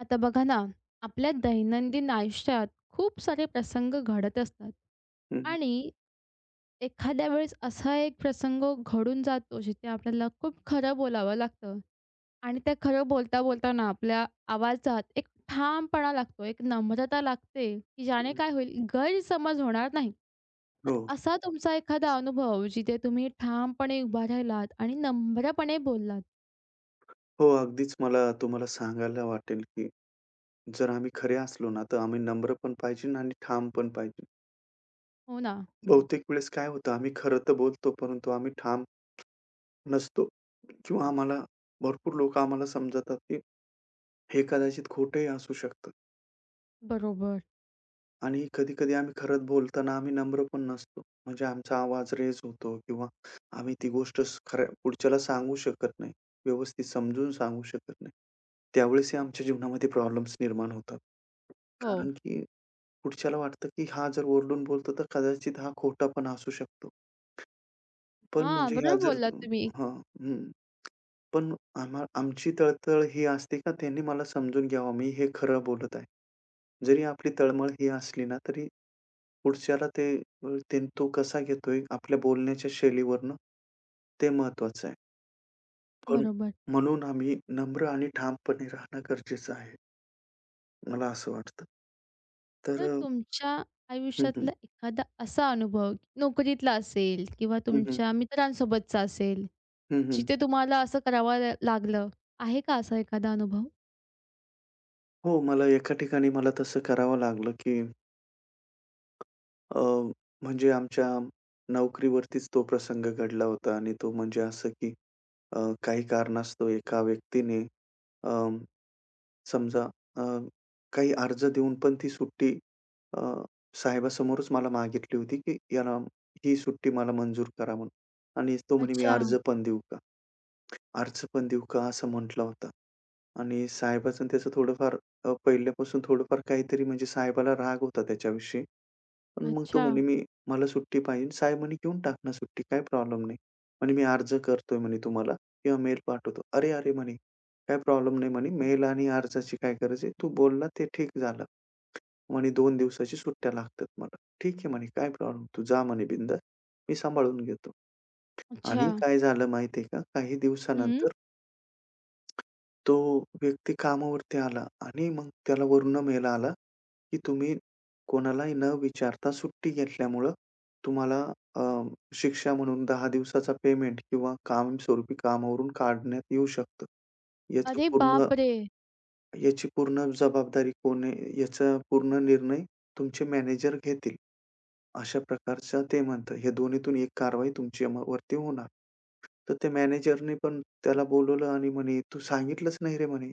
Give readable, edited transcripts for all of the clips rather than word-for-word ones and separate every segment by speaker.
Speaker 1: आता बघा ना, आपल्या दैनंदिन आयुष्यात खूप सारे प्रसंग घडत असतात
Speaker 2: हं, हं,
Speaker 1: आणि एखाद्या वेळेस असा एक प्रसंग घडून जातो जिथे आपल्याला खूप खरं बोलावं लागतं आणि ते खरं बोलता बोलताना आपल्या आवाजात एक ठामपणा लागतो, एक नम्रता लागते, की ज्याने
Speaker 2: हं.
Speaker 1: काय होईल गैरसमज होणार नाही. तर
Speaker 2: हो,
Speaker 1: असा तुमचा एखादा अनुभव जिथे तुम्ही ठामपणे उभा राहिलात आणि नम्रपणे बोललात.
Speaker 2: हो. अगदीच मला तुम्हाला सांगायला वाटेल, की जर आम्ही खरे असलो ना, तर आम्ही नम्र पण पाहिजे आणि ठाम पण पाहिजे.
Speaker 1: हो ना.
Speaker 2: बहुतेक वेळेस काय होतं, आम्ही खरं तर बोलतो, परंतु आम्ही ठाम नसतो किंवा आम्हाला भरपूर लोकं आम्हाला समजतात, की हे कदाचित खोटंही असू शकतं.
Speaker 1: बरोबर.
Speaker 2: आणि कधी-कधी आम्ही खरंच बोलताना आम्ही नम्र पण नसतो. म्हणजे आमचा आवाज रेज होतो किंवा आम्ही ती गोष्ट स खऱ्या पुढच्याला सांगू शकत नाही. व्यवस्थित समजून सांगू शकत नाही. त्यावेळेस ही आमच्या जीवनामध्ये प्रॉब्लेम्स निर्माण होतात.
Speaker 1: हो.
Speaker 2: कारण की पुढच्याला वाटतं, की हा जर ओरडून बोलतो तर कदाचित हा खोटा पण असू शकतो. पण
Speaker 1: हां,
Speaker 2: म्हणजे ह्या
Speaker 1: बरोबर
Speaker 2: जर
Speaker 1: बोललात तुम्ही.
Speaker 2: हां, हं. पण आम्हा आमची तळतळ ही असते का त्यांनी मला समजून घ्यावं मी हे खरं बोलत आहे. जरी आपली तळमळ ही असली ना तरी पुढच्याला ते ते तो कसा घेतोय आपल्या बोलण्याच्या शैलीवरनं, ते महत्वाचं आहे. पण
Speaker 1: बरोबर.
Speaker 2: म्हणून आम्ही नम्र आणि ठामपणे राहणं गरजेचं आहे, मला असं वाटतं. तर
Speaker 1: तर तुमच्या
Speaker 2: हं, हं.
Speaker 1: आयुष्यातला एखादा असा अनुभव नोकरीतला असेल किंवा
Speaker 2: हं, हं.
Speaker 1: तुमच्या मित्रांसोबतचा असेल,
Speaker 2: हं, हं.
Speaker 1: जिथे तुम्हाला असं करावं लागलं. आहे का असा एखादा अनुभव?
Speaker 2: हो, मला एका ठिकाणी मला तसं करावं लागलं, की अ, म्हणजे आमच्या नोकरीवरतीच तो प्रसंग घडला होता आणि तो म्हणजे असं, की काही कारणास्तव एका व्यक्तीने समजा अ, काही अर्ज देऊन पण ती सुट्टी अ, साहेबासमोरच मला मागितली होती, की "याला ही सुट्टी मला मंजूर करा" म्हणून. आणि तो म्हणे, "मी
Speaker 1: अच्छा,
Speaker 2: अर्ज पण देऊ का? अर्ज पण देऊ का?" असं म्हटला होता. आणि साहेबाचं त्याचं थोडंफार पहिल्यापासून थोडंफार काहीतरी म्हणजे साहेबाला राग होता त्याच्याविषयी. पण मग तो
Speaker 1: अच्छा,
Speaker 2: म्हणे, "मी मला सुट्टी पाहिजे." साहेब म्हणे, "घेऊन टाक ना सुट्टी, काही प्रॉब्लेम नाही." म्हणे, "मी अर्ज करतोय म्हणे तुम्हाला किंवा मेल पाठवतो." "अरे, अरे!" म्हणे, "काही प्रॉब्लेम नाही." म्हणे, "मेल आणि अर्जाची काय गरज आहे? तू बोलला ते ठीक झालं." म्हणे, "2 दिवसाची सुट्ट्या लागतात मला." "ठीक आहे." म्हणे, "काय प्रॉब्लेम? तू जा म्हणे बिनधास्त. मी सांभाळून घेतो."
Speaker 1: अच्छा.
Speaker 2: आणि काय झालं माहिती का? काही
Speaker 1: हं.
Speaker 2: दिवसानंतर तो व्यक्ती कामावरती आला आणि मग त्याला वरून मेल आला, की तुम्ही कोणालाही न विचारता सुट्टी घेतल्यामुळं तुम्हाला अ, शिक्षा म्हणून 10 दिवसाचा पेमेंट किंवा कायमस्वरूपी कामावरून काढण्यात येऊ शकतं. याचं
Speaker 1: अरे
Speaker 2: पूर्ण
Speaker 1: बापरे!
Speaker 2: याची पूर्ण जबाबदारी कोण आहे? याचा पूर्ण निर्णय तुमचे मॅनेजर घेतील. अशा प्रकारचं ते म्हणतं. हे दोन्हीतून एक कारवाई तुमच्यावरती होणार. तर त्या मॅनेजरनी पण त्याला बोलावलं आणि म्हणे, "तू सांगितलंच नाही रे," म्हणे.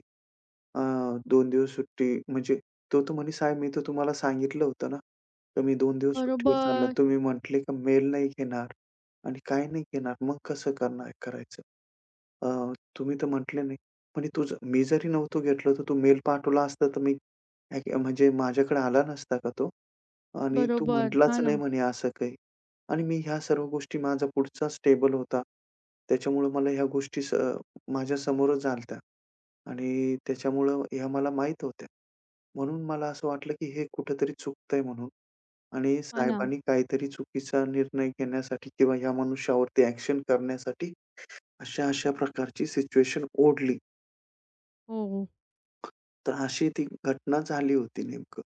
Speaker 2: अ, 2 दिवस सुट्टी म्हणजे तो तर म्हणे, "साहेब मी तर तुम्हाला सांगितलं होतं ना, तर मी 2 दिवस सुट्टीवर चालला."
Speaker 1: बरोबर,
Speaker 2: तुम्ही म्हटले का मेल नाही घेणार आणि काय नाही घेणार. मग कसं करणार करायचं? तुम्ही तर म्हटले नाही. म्हणे तुझं मी जरी नव्हतो घेतलं, तर तू मेल पाठवला असता तर मी म्हणजे माझ्याकडे आला नसता का तो? आणि तू
Speaker 1: बरोबर.
Speaker 2: म्हटलाच
Speaker 1: हां ना,
Speaker 2: नाही म्हणे असं काही. आणि मी ह्या सर्व गोष्टी माझा पुढचाच टेबल होता. त्याच्यामुळे मला ह्या गोष्टी माझ्यासमोरच झाल्या आणि त्याच्यामुळं ह्या मला माहीत होत्या. म्हणून मला असं वाटलं, की हे कुठेतरी चुकतंय म्हणून आणि
Speaker 1: हां ना.
Speaker 2: साहेबांनी काहीतरी चुकीचा निर्णय घेण्यासाठी किंवा ह्या मनुष्यावरती ॲक्शन करण्यासाठी अशा-अशा प्रकारची सिच्युएशन ओढली.
Speaker 1: हो.
Speaker 2: तर अशी ती घटना झाली होती नेमकं.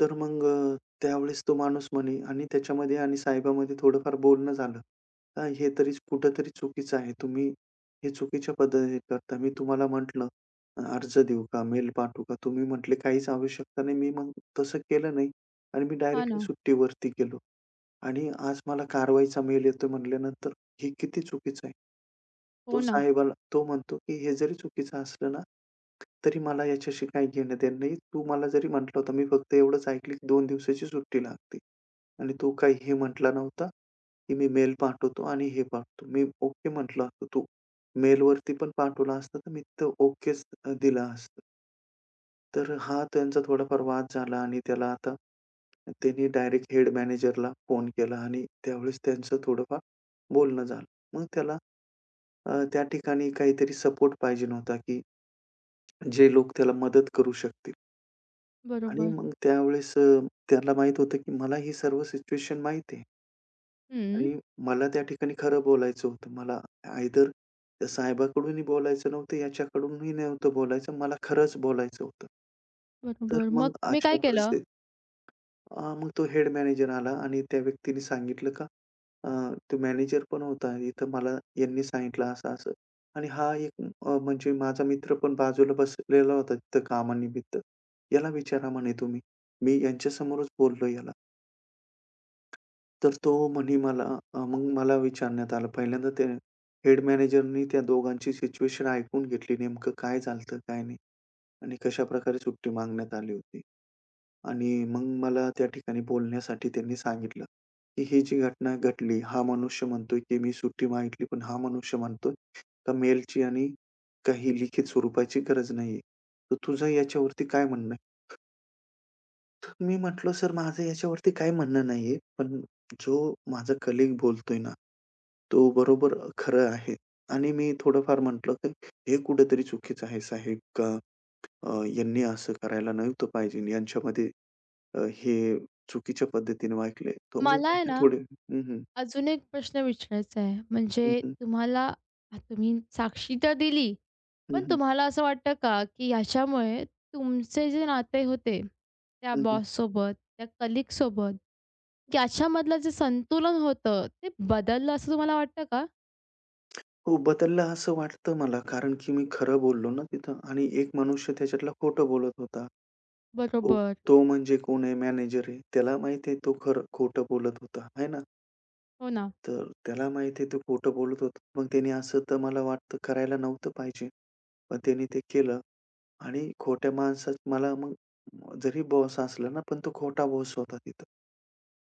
Speaker 2: तर मग त्यावेळेस तो माणूस म्हणे आणि त्याच्यामध्ये आणि साहेबामध्ये थोडंफार बोलणं झालं. हे तरी कुठेतरी चुकीचं आहे. तुम्ही हे चुकीच्या पद्धतीने करता. मी तुम्हाला म्हटलं अर्ज देऊ का? मेल पाठवू का? तुम्ही म्हटले काहीच आवश्यकता नाही." मी मग तसं केलं नाही आणि मी
Speaker 1: हां
Speaker 2: डायरेक्टली
Speaker 1: ना.
Speaker 2: सुट्टीवरती गेलो. आणि आज मला कारवाईचा मेल येतो म्हटल्यानंतर हे किती चुकीचं आहे. तो
Speaker 1: हो ना.
Speaker 2: साहेबाला तो म्हणतो, की हे जरी चुकीचं असलं ना, तरी मला याच्याशी काही घेणं-देणं नाही. तू मला जरी म्हटला होता, मी फक्त एवढंच ऐकलं, की 2 दिवसाची सुट्टी लागते. आणि तू काही हे म्हटला नव्हता, की मी मेल पाठवतो आणि हे पाठवतो. मी ओके म्हटलं असतं. तू मेलवरती पण पाठवलं असतं, तर मी तिथं ओकेच दिलं असतं. तर हा त्यांचा थोडाफार वाद झाला आणि त्याला आता त्यांनी डायरेक्ट हेड मॅनेजरला फोन केला आणि त्यावेळेस त्यांचं थोडंफार बोलणं झालं. मग त्याला त्या ठिकाणी काहीतरी सपोर्ट पाहिजे होता, की जे लोक त्याला मदत करू शकतील आणि
Speaker 1: बरोबर.
Speaker 2: मग त्यावेळेस त्याला माहीत होतं, की मला ही सर्व सिच्युएशन माहीत आहे
Speaker 1: हं.
Speaker 2: आणि मला त्या ठिकाणी खरं बोलायचं होतं. मला आयदर त्या साहेबाकडूनही बोलायचं नव्हतं, याच्याकडूनही नव्हतं बोलायचं. मला खरंच बोलायचं होतं. तर
Speaker 1: बरोबर. मग
Speaker 2: मग
Speaker 1: तुम्ही काय
Speaker 2: अशा
Speaker 1: केलं?
Speaker 2: परिस्थितीत मग तो हेड मॅनेजर आला आणि त्या व्यक्तीने सांगितलं का अ, तो मॅनेजर पण होता इथं मला यांनी सांगितलं असं-असं आणि हा एक म्हणजे माझा मित्र पण बाजूला बसलेला होता तिथं कामानिमित्त. याला विचारा म्हणे तुम्ही. मी यांच्यासमोरच बोललो याला. तर तो म्हणे मला मग मला विचारण्यात आलं. पहिल्यांदा ते हेड मॅनेजरनी त्या दोघांची सिच्युएशन ऐकून घेतली. नेमकं काय झालं काय नाही आणि कशाप्रकारे सुट्टी मागण्यात आली होती. आणि मग मला त्या ठिकाणी बोलण्यासाठी त्यांनी सांगितलं, की ही जी घटना घडली, हा मनुष्य म्हणतोय, की मी सुट्टी मागितली, पण हा मनुष्य म्हणतोय, का मेलची आणि काही लिखित स्वरूपाची गरज नाहीये. तर तुझं याच्यावरती काय म्हणणं आहे? तर मी म्हटलं, "सर माझं याच्यावरती काही म्हणणं नाहीये, पण जो माझा कलीग बोलतोय ना, तो बरोबर खरं आहे." आणि मी थोडंफार म्हटलं, की "हे कुठेतरी चुकीचं आहे साहेब, का यांनी असं करायला नव्हतं पाहिजे. यांच्यामध्ये हे चुकीच्या पद्धतीने वागले. तर मी
Speaker 1: मला आहे
Speaker 2: असे
Speaker 1: ना
Speaker 2: थोडे हं, हं.
Speaker 1: अजून एक प्रश्न विचारायचा आहे,
Speaker 2: हं,
Speaker 1: म्हणजे
Speaker 2: हं.
Speaker 1: तुम्हाला तुम्ही साक्षी तर दिली,
Speaker 2: हं,
Speaker 1: पण
Speaker 2: हं.
Speaker 1: तुम्हाला असं वाटतं का, की ह्याच्यामुळे तुमचे जे नाते होते, त्या
Speaker 2: हं, हं.
Speaker 1: बॉससोबत, त्या कलीगसोबत, याच्यामधलं जे संतुलन होतं, ते बदललं असं तुम्हाला वाटतं का?
Speaker 2: हो, बदलला असं वाटतं मला कारण की मी खरं बोललो ना तिथं आणि एक मनुष्य त्याच्यातला खोटं बोलत होता. तो
Speaker 1: बरोबर.
Speaker 2: तो म्हणजे कोण आहे मॅनेजर आहे. त्याला माहिती आहे तो खरं खोटं बोलत होता, है ना?
Speaker 1: हो ना.
Speaker 2: तर त्याला माहिती आहे तो खोटं बोलत होता. मग त्याने असं तर मला वाटतं करायला नव्हतं पाहिजे. पण त्याने ते केलं आणि खोट्या माणसात मला मग जरी बॉस असला ना, पण तो खोटा बॉस होता तिथं.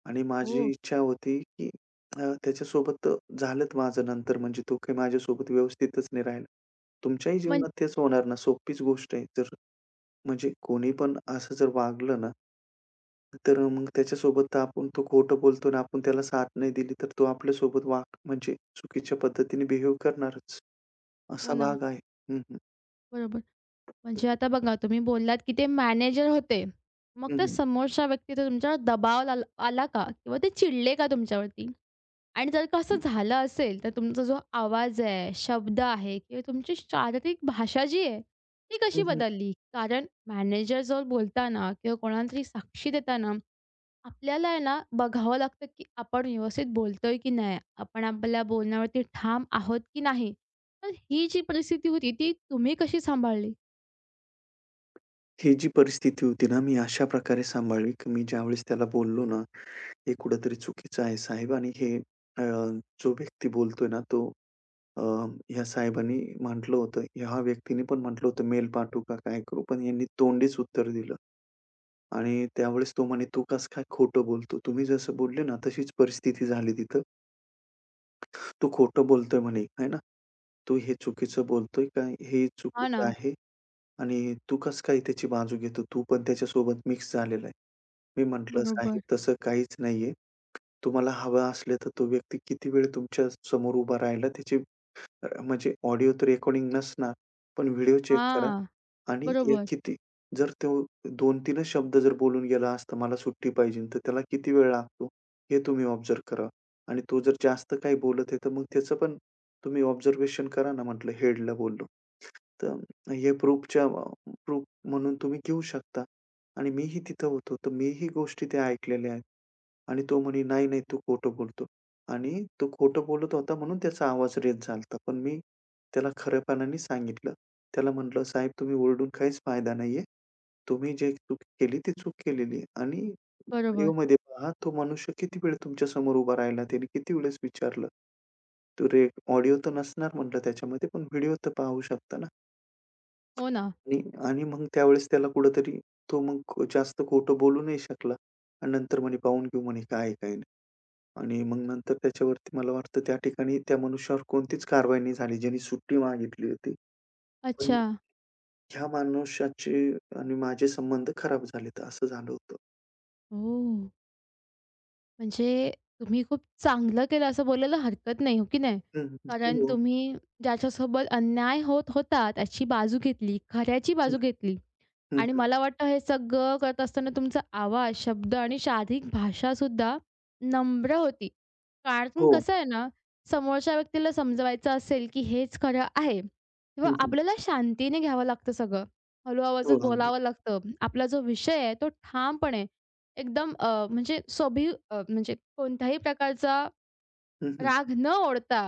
Speaker 2: आणि माझी
Speaker 1: हो.
Speaker 2: इच्छा होती, की त्याच्यासोबत तर झालंच माझं नंतर म्हणजे तो काही माझ्यासोबत व्यवस्थितच नाही राहिला. तुमच्याही
Speaker 1: म्हण
Speaker 2: जीवनात तेच होणार ना, सोपीच गोष्ट आहे. जर म्हणजे कोणी पण असं जर वागलं ना तर मग त्याच्यासोबत तर आपण तो खोटं बोलतो आणि आपण त्याला साथ नाही दिली, तर तो आपल्यासोबत वाग म्हणजे चुकीच्या पद्धतीने बिहेव करणारच.
Speaker 1: हो
Speaker 2: असा
Speaker 1: ना.
Speaker 2: भाग आहे. हं, हं.
Speaker 1: बरोबर. म्हणजे आता बघा तुम्ही बोललात, की ते मॅनेजर होते. मग
Speaker 2: हं,
Speaker 1: त्या
Speaker 2: हं.
Speaker 1: समोरच्या व्यक्तीचा तुमच्यावर दबाव आला आला का? किंवा ते चिडले का तुमच्यावरती? आणि जर का असं झालं असेल, तर तुमचा जो आवाज आहे, शब्द आहे किंवा तुमची शारीरिक भाषा जी आहे, ती
Speaker 2: हं,
Speaker 1: कशी
Speaker 2: हं.
Speaker 1: बदलली? कारण मॅनेजरजवळ बोलताना किंवा कोणाला तरी साक्षी देताना आपल्याला आहे ना, बघावं लागतं, की आपण व्यवस्थित बोलतोय की नाही? आपण आपल्या बोलण्यावरती ठाम आहोत की नाही? तर ही जी परिस्थिती होती, ती तुम्ही कशी सांभाळली?
Speaker 2: ही जी परिस्थिती होती ना, मी अशा प्रकारे सांभाळली, की मी ज्यावेळेस त्याला बोललो ना, "हे कुठेतरी चुकीचं आहे साहेब" आणि हे अ, जो व्यक्ती बोलतोय ना, तो अ, ह्या साहेबांनी म्हटलं होतं, ह्या व्यक्तीने पण म्हटलं होतं, "मेल पाठवू का? काय करू?" पण यांनी तोंडीच उत्तर दिलं. आणि त्यावेळेस तो म्हणे, "तू कसं काय खोटं बोलतो?" तुम्ही जसं बोलले ना, तशीच परिस्थिती झाली तिथं. "तू खोटं बोलतोय" म्हणे, "आहे ना. तू हे चुकीचं बोलतोय का हे
Speaker 1: हां ना.
Speaker 2: चुकीचं आहे आणि तू कसं काय त्याची बाजू घेतो? तू पण त्याच्यासोबत मिक्स झालेला आहे." मी म्हटलं,
Speaker 1: बरोबर.
Speaker 2: "साहेब तसं काहीच नाहीये. तुम्हाला हवं असलं तर तो व्यक्ती किती वेळ तुमच्या समोर उभा राहिला त्याची म्हणजे ऑडिओ तर रेकॉर्डिंग नसणार, पण व्हिडिओ चेक करा
Speaker 1: हां.
Speaker 2: आणि या
Speaker 1: बरोबर,
Speaker 2: किती जर तो 2-3च शब्द जर बोलून गेला असता, "मला सुट्टी पाहिजे," तर त्याला किती वेळ लागतो हे तुम्ही ऑब्झर्व्ह करा आणि तो जर जास्त काही बोलत आहे, तर मग त्याचं पण तुम्ही ऑब्झर्वेशन करा ना म्हटलं हेडला बोललो. तर हे प्रूफच्या प्रूफ म्हणून तुम्ही घेऊ शकता आणि मीही तिथं होतो, तर मीही गोष्टी त्या ऐकलेल्या आहेत. आणि तो म्हणे, "नाही, नाही, तू खोटं बोलतो." आणि तो खोटं बोलत होता म्हणून त्याचा आवाज रेज झाला पण मी त्याला खऱ्यापणाने सांगितलं. त्याला म्हटलं, "साहेब, तुम्ही ओरडून काहीच फायदा नाहीये. तुम्ही जे चूक केली ती चूक केलेली आहे आणि
Speaker 1: बरोबर.
Speaker 2: व्हिडिओमध्ये पहा, तो मनुष्य किती वेळ तुमच्यासमोर उभा राहिला. त्याने किती वेळेस विचारलं. तो रे ऑडिओ तर नसणार म्हटलं त्याच्यामध्ये, पण व्हिडिओ तर पाहू शकता ना."
Speaker 1: हो ना.
Speaker 2: आणि आणि मग त्यावेळेस त्याला कुठेतरी तो मग जास्त खोटं बोलू नाही शकला आणि नंतर म्हणे, "पाहून घेऊ" म्हणे, "काय आहे, काय नाही." आणि मग नंतर त्याच्यावरती मला वाटतं त्या ठिकाणी त्या मनुष्यावर कोणतीच कारवाई नाही झाली, ज्यानी सुट्टी मागितली होती. पण
Speaker 1: अच्छा.
Speaker 2: ह्या मनुष्याचे आणि माझे संबंध खराब झालेत, असं झालं होतं.
Speaker 1: ओह! म्हणजे तुम्ही खूप चांगलं केलं असं बोलायला हरकत नाही, हो की नाही?
Speaker 2: हं, हं.
Speaker 1: कारण
Speaker 2: हो.
Speaker 1: तुम्ही ज्याच्यासोबत अन्याय होत होता त्याची बाजू घेतली, खऱ्याची
Speaker 2: हं,
Speaker 1: बाजू घेतली.
Speaker 2: हं,
Speaker 1: आणि
Speaker 2: हं.
Speaker 1: मला वाटतं हे सगळं करत असताना तुमचा आवाज, शब्द आणि शारीरिक भाषासुद्धा नम्र होती. कारण
Speaker 2: हो.
Speaker 1: कसं आहे ना, समोरच्या व्यक्तीला समजवायचं असेल, की हेच खरं आहे किंवा
Speaker 2: हं, हं.
Speaker 1: आपल्याला शांतीने घ्यावं लागतं सगळं. हळू
Speaker 2: हो,
Speaker 1: आवाजात
Speaker 2: अगदी.
Speaker 1: बोलावं लागतं. आपला जो विषय आहे तो ठामपणे एकदम अ, म्हणजे सोभी अ, म्हणजे कोणत्याही प्रकारचा
Speaker 2: हं, हं.
Speaker 1: राग न ओढता,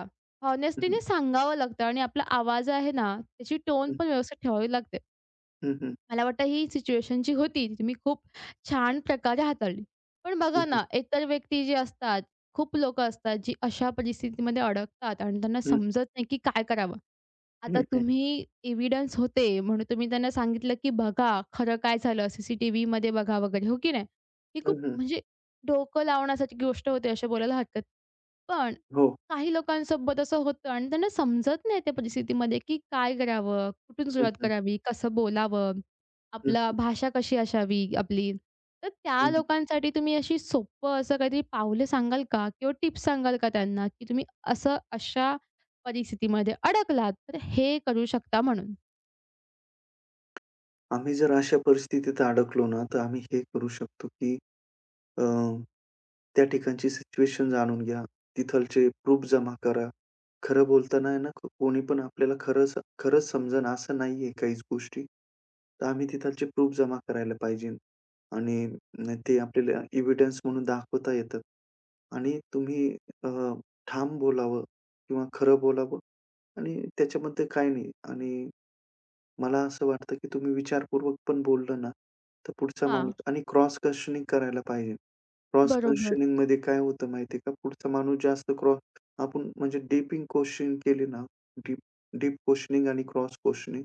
Speaker 2: हं, हं.
Speaker 1: हॉनेस्टीने सांगावं लागतं आणि आपला आवाज आहे ना, त्याची टोन
Speaker 2: हं.
Speaker 1: पण व्यवस्थित ठेवावी लागते.
Speaker 2: हं, हं.
Speaker 1: मला वाटतं ही सिच्युएशन जी होती, ती तुम्ही खूप छान प्रकारे हाताळली. पण
Speaker 2: हं,
Speaker 1: बघा
Speaker 2: हं.
Speaker 1: ना, एकतर व्यक्ती जी असतात, खूप लोकं असतात, जी अशा परिस्थितीमध्ये अडकतात आणि त्यांना
Speaker 2: हं, हं.
Speaker 1: समजत नाही की काय करावं.
Speaker 2: हं,
Speaker 1: आता
Speaker 2: हं.
Speaker 1: तुम्ही एव्हिडन्स होते म्हणून तुम्ही त्यांना सांगितलं की "बघा, खरं काय झालं, सीसीटीव्हीमध्ये बघा" वगैरे, हो की नाही? ही
Speaker 2: हं,
Speaker 1: खूप
Speaker 2: हं.
Speaker 1: म्हणजे डोकं लावण्यासारखी गोष्ट होते, असं बोलायला हरकत पण
Speaker 2: हो.
Speaker 1: काही लोकांसोबत असं होतं आणि त्यांना समजत नाही त्या परिस्थितीमध्ये की काय करावं, कुठून
Speaker 2: हं,
Speaker 1: सुरुवात
Speaker 2: हं.
Speaker 1: करावी, कसं बोलावं?
Speaker 2: हं,
Speaker 1: आपला
Speaker 2: हं.
Speaker 1: भाषा कशी असावी आपली. तर त्या
Speaker 2: हं, हं.
Speaker 1: लोकांसाठी तुम्ही अशी सोपं असं काहीतरी पावलं सांगाल का? किंवा टिप्स सांगाल का त्यांना, की तुम्ही असं अशा परिस्थितीमध्ये अडकलात, तर हे करू शकता म्हणून?
Speaker 2: आम्ही जर अशा परिस्थितीत अडकलो ना, तर आम्ही हे करू शकतो, की अ त्या ठिकाणची सिच्युएशन जाणून घ्या. तिथलचे प्रूफ जमा करा. खरं बोलताना आहे ना, कोणी पण आपल्याला खरंच खरंच समजेन असं नाहीये काहीच गोष्टी. तर आम्ही तिथलचे प्रूफ जमा करायला पाहिजे आणि ते आपल्याला एव्हिडन्स म्हणून दाखवता येतात. आणि तुम्ही अ, ठाम बोलावं किंवा खरं बोलावं आणि त्याच्यामध्ये काही नाही आणि मला असं वाटतं, की तुम्ही विचारपूर्वक पण बोललं ना, तर पुढचा
Speaker 1: हां,
Speaker 2: माणूस आणि क्रॉस क्वेशनिंग करायला पाहिजे. क्रॉस
Speaker 1: बरोबर.
Speaker 2: क्वेशनिंगमध्ये काय होतं माहिती का? पुढचा माणूस जास्त क्रॉस आपण म्हणजे डीपिंग क्वेशन केली ना, डीप डीप क्वेशनिंग आणि क्रॉस क्वेशनिंग,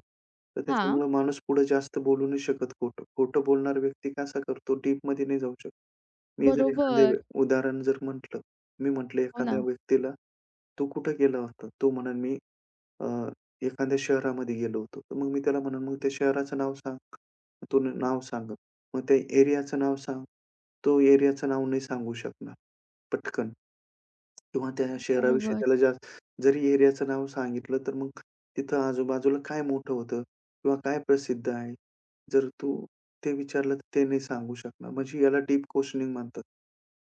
Speaker 2: तर
Speaker 1: हां,
Speaker 2: त्याच्यामुळे माणूस पुढे जास्त बोलू नाही शकत खोटं. खोटं बोलणारा व्यक्ती कसा करतो, डीपमध्ये नाही जाऊ शकत. मी जर एखाद्या वे
Speaker 1: बरोबर.
Speaker 2: उदाहरण जर म्हटलं, मी म्हटलं
Speaker 1: हो
Speaker 2: एखाद्या
Speaker 1: ना.
Speaker 2: व्यक्तीला, "तू कुठे गेला होता?" तो म्हणेल, "मी अ, एखाद्या शहरामध्ये गेलो होतो. तर मग मी त्याला म्हणेन, "मग त्या शहराचं नाव सांग." तो नाव सांगेल. "मग त्या एरियाचं नाव सांग." तो एरियाचं नाव नाही सांगू शकणार पटकन किंवा त्या शहराविषयी
Speaker 1: बरोबर,
Speaker 2: त्याला जास्त जरी एरियाचं नाव सांगितलं, तर मग तिथं आजूबाजूला काय मोठं होतं किंवा काय प्रसिद्ध आहे. जर तू ते विचारलं, तर ते नाही सांगू शकणार. म्हणजे याला डीप क्वेशनिंग म्हणतात.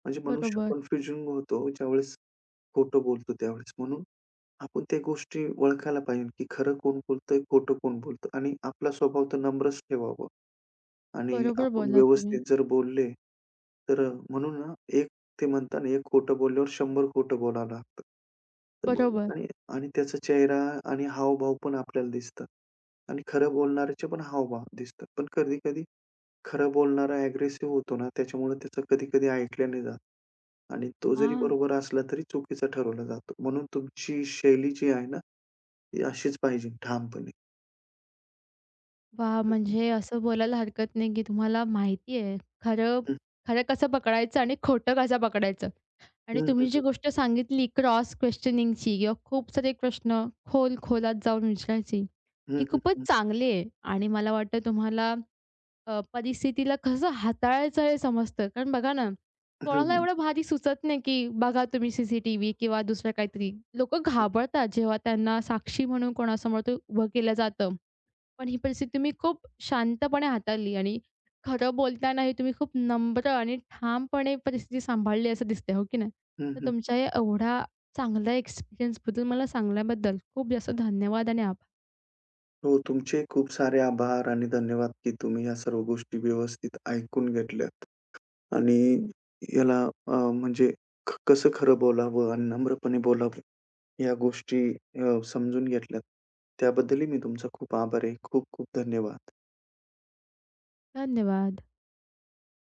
Speaker 2: म्हणजे मनुष्य
Speaker 1: बरोबर.
Speaker 2: कन्फ्युजन होतो ज्यावेळेस खोटं बोलतो त्यावेळेस. म्हणून आपण त्या गोष्टी ओळखायला पाहिजे, की खरं कोण बोलतंय, खोटं कोण बोलतं आणि आपला स्वभाव तर नम्रच ठेवावा आणि
Speaker 1: बरोबर
Speaker 2: आपण
Speaker 1: बोललात तुम्ही.
Speaker 2: व्यवस्थित जर बोलले, तर म्हणून ना, एक ते म्हणतात ना, एक खोटं बोलल्यावर 100 खोटं बोलावं लागतं. तर मग
Speaker 1: बरोबर.
Speaker 2: आणि आणि त्याचा चेहरा आणि हावभाव पण आपल्याला दिसतात आणि खरं बोलणाऱ्याचे पण हावभाव दिसतात. पण कधी-कधी खरं बोलणारा अग्रेसिव्ह होतो ना, त्याच्यामुळे त्याचं कधी-कधी ऐकलं नाही जात. आणि तो जरी
Speaker 1: हां.
Speaker 2: बरोबर असला तरी चुकीचा ठरवला जातो. म्हणून तुमची शैली जी आहे ना, ती अशीच पाहिजे ठामपणे.
Speaker 1: वाह! म्हणजे असं बोलायला हरकत नाही, की तुम्हाला माहिती आहे खरं खरं कसं पकडायचं आणि खोटं कसं पकडायचं.
Speaker 2: हं,
Speaker 1: आणि
Speaker 2: हं, हं,
Speaker 1: तुम्ही जी
Speaker 2: हं.
Speaker 1: गोष्ट सांगितली क्रॉस क्वेश्चनिंगची किंवा खूप सारे प्रश्न खोलात जाऊन विचारायची,
Speaker 2: हं,
Speaker 1: ही
Speaker 2: हं,
Speaker 1: खूपच
Speaker 2: हं.
Speaker 1: चांगली आहे आणि मला वाटतं तुम्हाला परिस्थितीला कसं हाताळायचं हे समजतं. कारण बघा ना,
Speaker 2: हं,
Speaker 1: कोणाला
Speaker 2: हं.
Speaker 1: एवढं भारी सुचत नाही, की बघा तुम्ही सीसीटीव्ही किंवा दुसरं काहीतरी. लोकं घाबरतात जेव्हा त्यांना साक्षी म्हणून कोणासमोर ते उभं केलं जातं. पण ही परिस्थिती तुम्ही खूप शांतपणे हाताळली आणि खरं बोलतानाही तुम्ही खूप नम्र आणि ठामपणे परिस्थिती सांभाळली असं दिसतंय, हो की नाही?
Speaker 2: हं,
Speaker 1: तर
Speaker 2: हं.
Speaker 1: तुमच्या या एवढा चांगला एक्सपिरियन्सबद्दल मला सांगल्याबद्दल खूप जास्त धन्यवाद आणि आभार.
Speaker 2: हो, तुमचे खूप सारे आभार आणि धन्यवाद, की तुम्ही या सर्व गोष्टी व्यवस्थित ऐकून घेतल्यात. आणि याला म्हणजे कसं खरं बोलावं आणि नम्रपणे बोलावं, या गोष्टी समजून घेतल्यात. त्याबद्दलही मी तुमचा खूप आभारी आहे. खूप खूप धन्यवाद.
Speaker 1: धन्यवाद.